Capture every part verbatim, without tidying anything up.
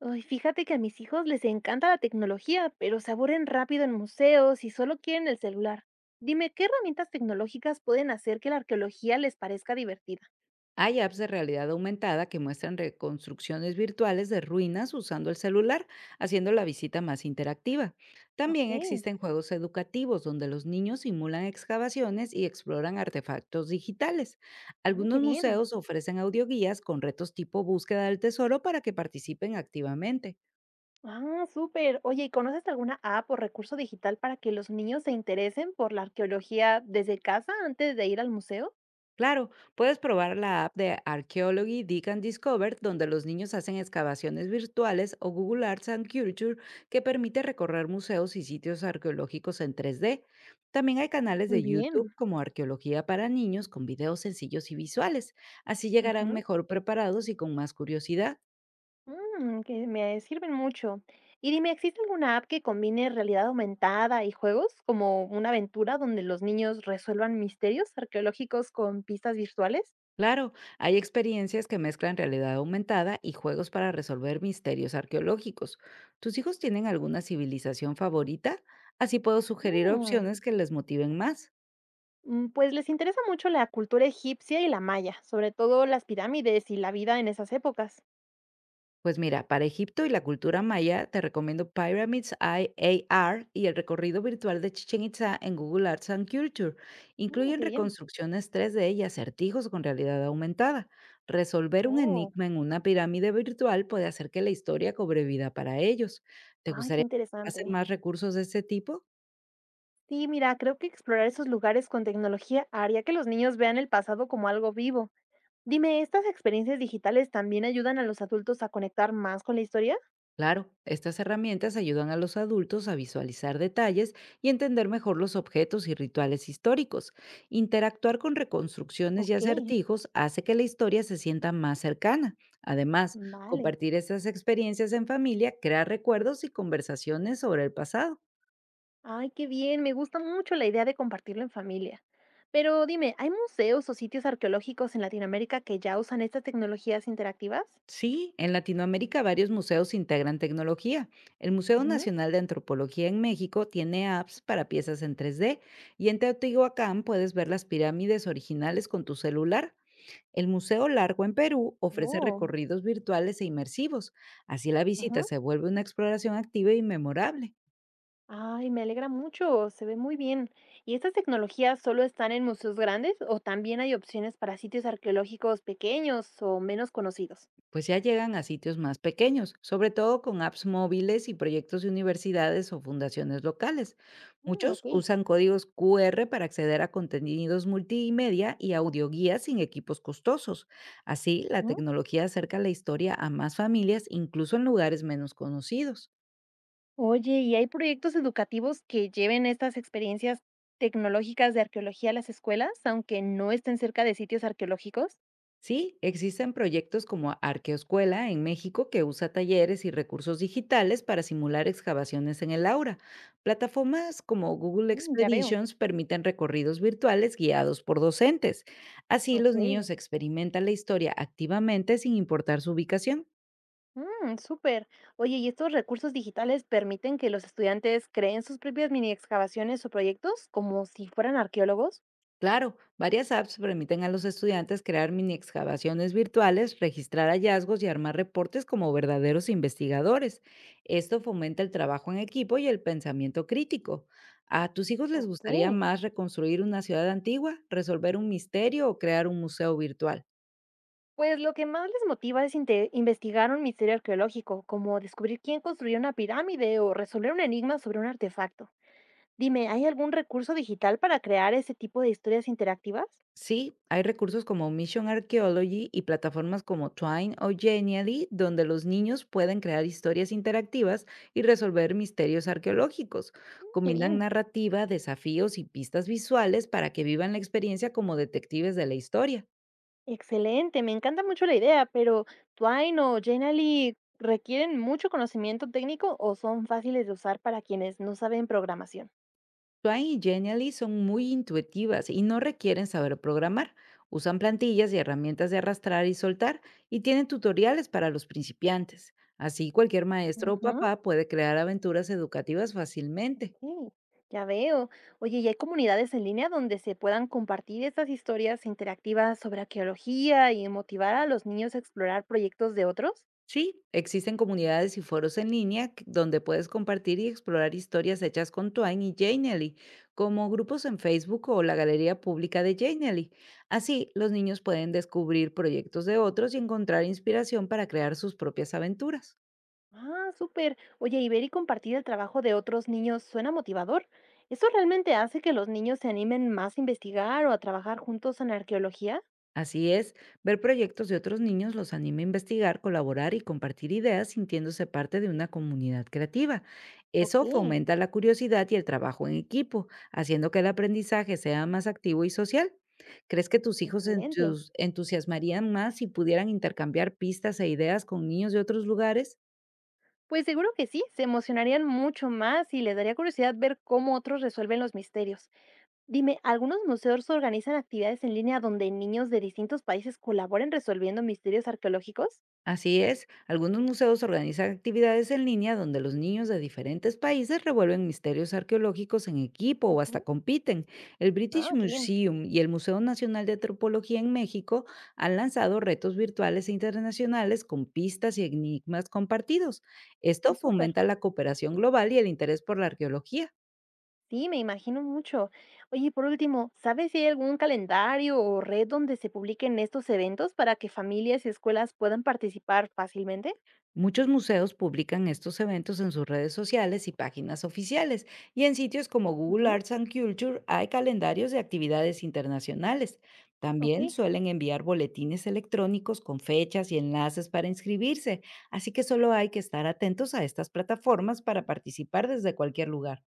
Ay, fíjate que a mis hijos les encanta la tecnología, pero se aburren rápido en museos y solo quieren el celular. Dime, ¿qué herramientas tecnológicas pueden hacer que la arqueología les parezca divertida? Hay apps de realidad aumentada que muestran reconstrucciones virtuales de ruinas usando el celular, haciendo la visita más interactiva. También Ok, existen juegos educativos donde los niños simulan excavaciones y exploran artefactos digitales. ah, qué Algunos bien. museos ofrecen audioguías con retos tipo búsqueda del tesoro para que participen activamente. Ah, súper. Oye, ¿y conoces alguna app o recurso digital para que los niños se interesen por la arqueología desde casa antes de ir al museo? Claro, puedes probar la app de Archaeology Dig and Discover, donde los niños hacen excavaciones virtuales, o Google Arts and Culture, que permite recorrer museos y sitios arqueológicos en tres D. También hay canales Muy de YouTube bien. como Arqueología para Niños con videos sencillos y visuales. Así llegarán Ujú. mejor preparados y con más curiosidad. Mm, que me sirven mucho. Y dime, ¿existe alguna app que combine realidad aumentada y juegos como una aventura donde los niños resuelvan misterios arqueológicos con pistas virtuales? Claro, hay experiencias que mezclan realidad aumentada y juegos para resolver misterios arqueológicos. ¿Tus hijos tienen alguna civilización favorita? Así puedo sugerir Mm, opciones que les motiven más. Mm, pues les interesa mucho la cultura egipcia y la maya, sobre todo las pirámides y la vida en esas épocas. Pues mira, para Egipto y la cultura maya te recomiendo Pyramids I A r y el recorrido virtual de Chichen Itza en Google Arts and Culture. Mm, Incluyen qué bien. reconstrucciones tres D y acertijos con realidad aumentada. Resolver un Oh. enigma en una pirámide virtual puede hacer que la historia cobre vida para ellos. ¿Te Ay, qué gustaría hacer interesante. más recursos de este tipo? Sí, mira, creo que explorar esos lugares con tecnología haría que los niños vean el pasado como algo vivo. Dime, ¿estas experiencias digitales también ayudan a los adultos a conectar más con la historia? Claro, estas herramientas ayudan a los adultos a visualizar detalles y entender mejor los objetos y rituales históricos. Interactuar con reconstrucciones y Ok, acertijos hace que la historia se sienta más cercana. Además, vale. compartir estas experiencias en familia crea recuerdos y conversaciones sobre el pasado. Ay, qué bien, me gusta mucho la idea de compartirlo en familia. Pero dime, ¿hay museos o sitios arqueológicos en Latinoamérica que ya usan estas tecnologías interactivas? Sí, en Latinoamérica varios museos integran tecnología. El Museo Ujú. Nacional de Antropología en México tiene apps para piezas en tres D, y en Teotihuacán puedes ver las pirámides originales con tu celular. El Museo Largo en Perú ofrece Oh, recorridos virtuales e inmersivos. Así la visita ujú. se vuelve una exploración activa y memorable. Ay, me alegra mucho, se ve muy bien. ¿Y estas tecnologías solo están en museos grandes o también hay opciones para sitios arqueológicos pequeños o menos conocidos? Pues ya llegan a sitios más pequeños, sobre todo con apps móviles y proyectos de universidades o fundaciones locales. Mm, Muchos ok. usan códigos Q R para acceder a contenidos multimedia y audioguías sin equipos costosos. Así, la tecnología acerca la historia a más familias, incluso en lugares menos conocidos. Oye, ¿y hay proyectos educativos que lleven estas experiencias tecnológicas de arqueología a las escuelas, aunque no estén cerca de sitios arqueológicos? Sí, existen proyectos como Arqueoscuela en México que usa talleres y recursos digitales para simular excavaciones en el aura. Plataformas como Google Mm, ya veo. Expeditions permiten recorridos virtuales guiados por docentes. Así Ok. los niños experimentan la historia activamente sin importar su ubicación. Mm, súper. Oye, ¿y estos recursos digitales permiten que los estudiantes creen sus propias mini excavaciones o proyectos como si fueran arqueólogos? Claro, varias apps permiten a los estudiantes crear mini excavaciones virtuales, registrar hallazgos y armar reportes como verdaderos investigadores. Esto fomenta el trabajo en equipo y el pensamiento crítico. ¿A tus hijos les Ok. gustaría más reconstruir una ciudad antigua, resolver un misterio o crear un museo virtual? Pues lo que más les motiva es inte- investigar un misterio arqueológico, como descubrir quién construyó una pirámide o resolver un enigma sobre un artefacto. Dime, ¿hay algún recurso digital para crear ese tipo de historias interactivas? Sí, hay recursos como Mission Archaeology y plataformas como Twine o Genially, donde los niños pueden crear historias interactivas y resolver misterios arqueológicos. Qué Combinan bien. narrativa, desafíos y pistas visuales para que vivan la experiencia como detectives de la historia. Excelente, me encanta mucho la idea, pero Twine o Genially requieren mucho conocimiento técnico o son fáciles de usar para quienes no saben programación. Swan y Genially son muy intuitivas y no requieren saber programar. Usan plantillas y herramientas de arrastrar y soltar y tienen tutoriales para los principiantes. Así cualquier maestro o Ujú. papá puede crear aventuras educativas fácilmente. Sí, ya veo. Oye, ¿y hay comunidades en línea donde se puedan compartir estas historias interactivas sobre arqueología y motivar a los niños a explorar proyectos de otros? Sí, existen comunidades y foros en línea que- donde puedes compartir y explorar historias hechas con Twine y Janely, como grupos en Facebook o la galería pública de Janely. Así, los niños pueden descubrir proyectos de otros y encontrar inspiración para crear sus propias aventuras. Ah, súper. Oye, y ver y compartir el trabajo de otros niños suena motivador. ¿Eso realmente hace que los niños se animen más a investigar o a trabajar juntos en arqueología? Así es, ver proyectos de otros niños los anima a investigar, colaborar y compartir ideas sintiéndose parte de una comunidad creativa. Ok, Eso fomenta la curiosidad y el trabajo en equipo, haciendo que el aprendizaje sea más activo y social. ¿Crees que tus hijos excelente. entus- entusiasmarían más si pudieran intercambiar pistas e ideas con niños de otros lugares? Pues seguro que sí, se emocionarían mucho más y les daría curiosidad ver cómo otros resuelven los misterios. Dime, ¿algunos museos organizan actividades en línea donde niños de distintos países colaboren resolviendo misterios arqueológicos? Así es, algunos museos organizan actividades en línea donde los niños de diferentes países revuelven misterios arqueológicos en equipo o hasta Ujú. compiten. El Ah, British qué bien, Museum y el Museo Nacional de Antropología en México han lanzado retos virtuales e internacionales con pistas y enigmas compartidos. Esto es súper. fomenta la cooperación global y el interés por la arqueología. Sí, me imagino mucho. Oye, y por último, ¿sabes si hay algún calendario o red donde se publiquen estos eventos para que familias y escuelas puedan participar fácilmente? Muchos museos publican estos eventos en sus redes sociales y páginas oficiales, y en sitios como Google Ujú, Arts and Culture hay calendarios de actividades internacionales. ok, También suelen enviar boletines electrónicos con fechas y enlaces para inscribirse, así que solo hay que estar atentos a estas plataformas para participar desde cualquier lugar.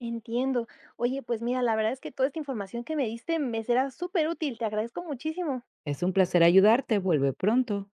entiendo. Oye, pues mira, la verdad es que toda esta información que me diste me será súper útil. Te agradezco muchísimo. Es un placer ayudarte, vuelve pronto.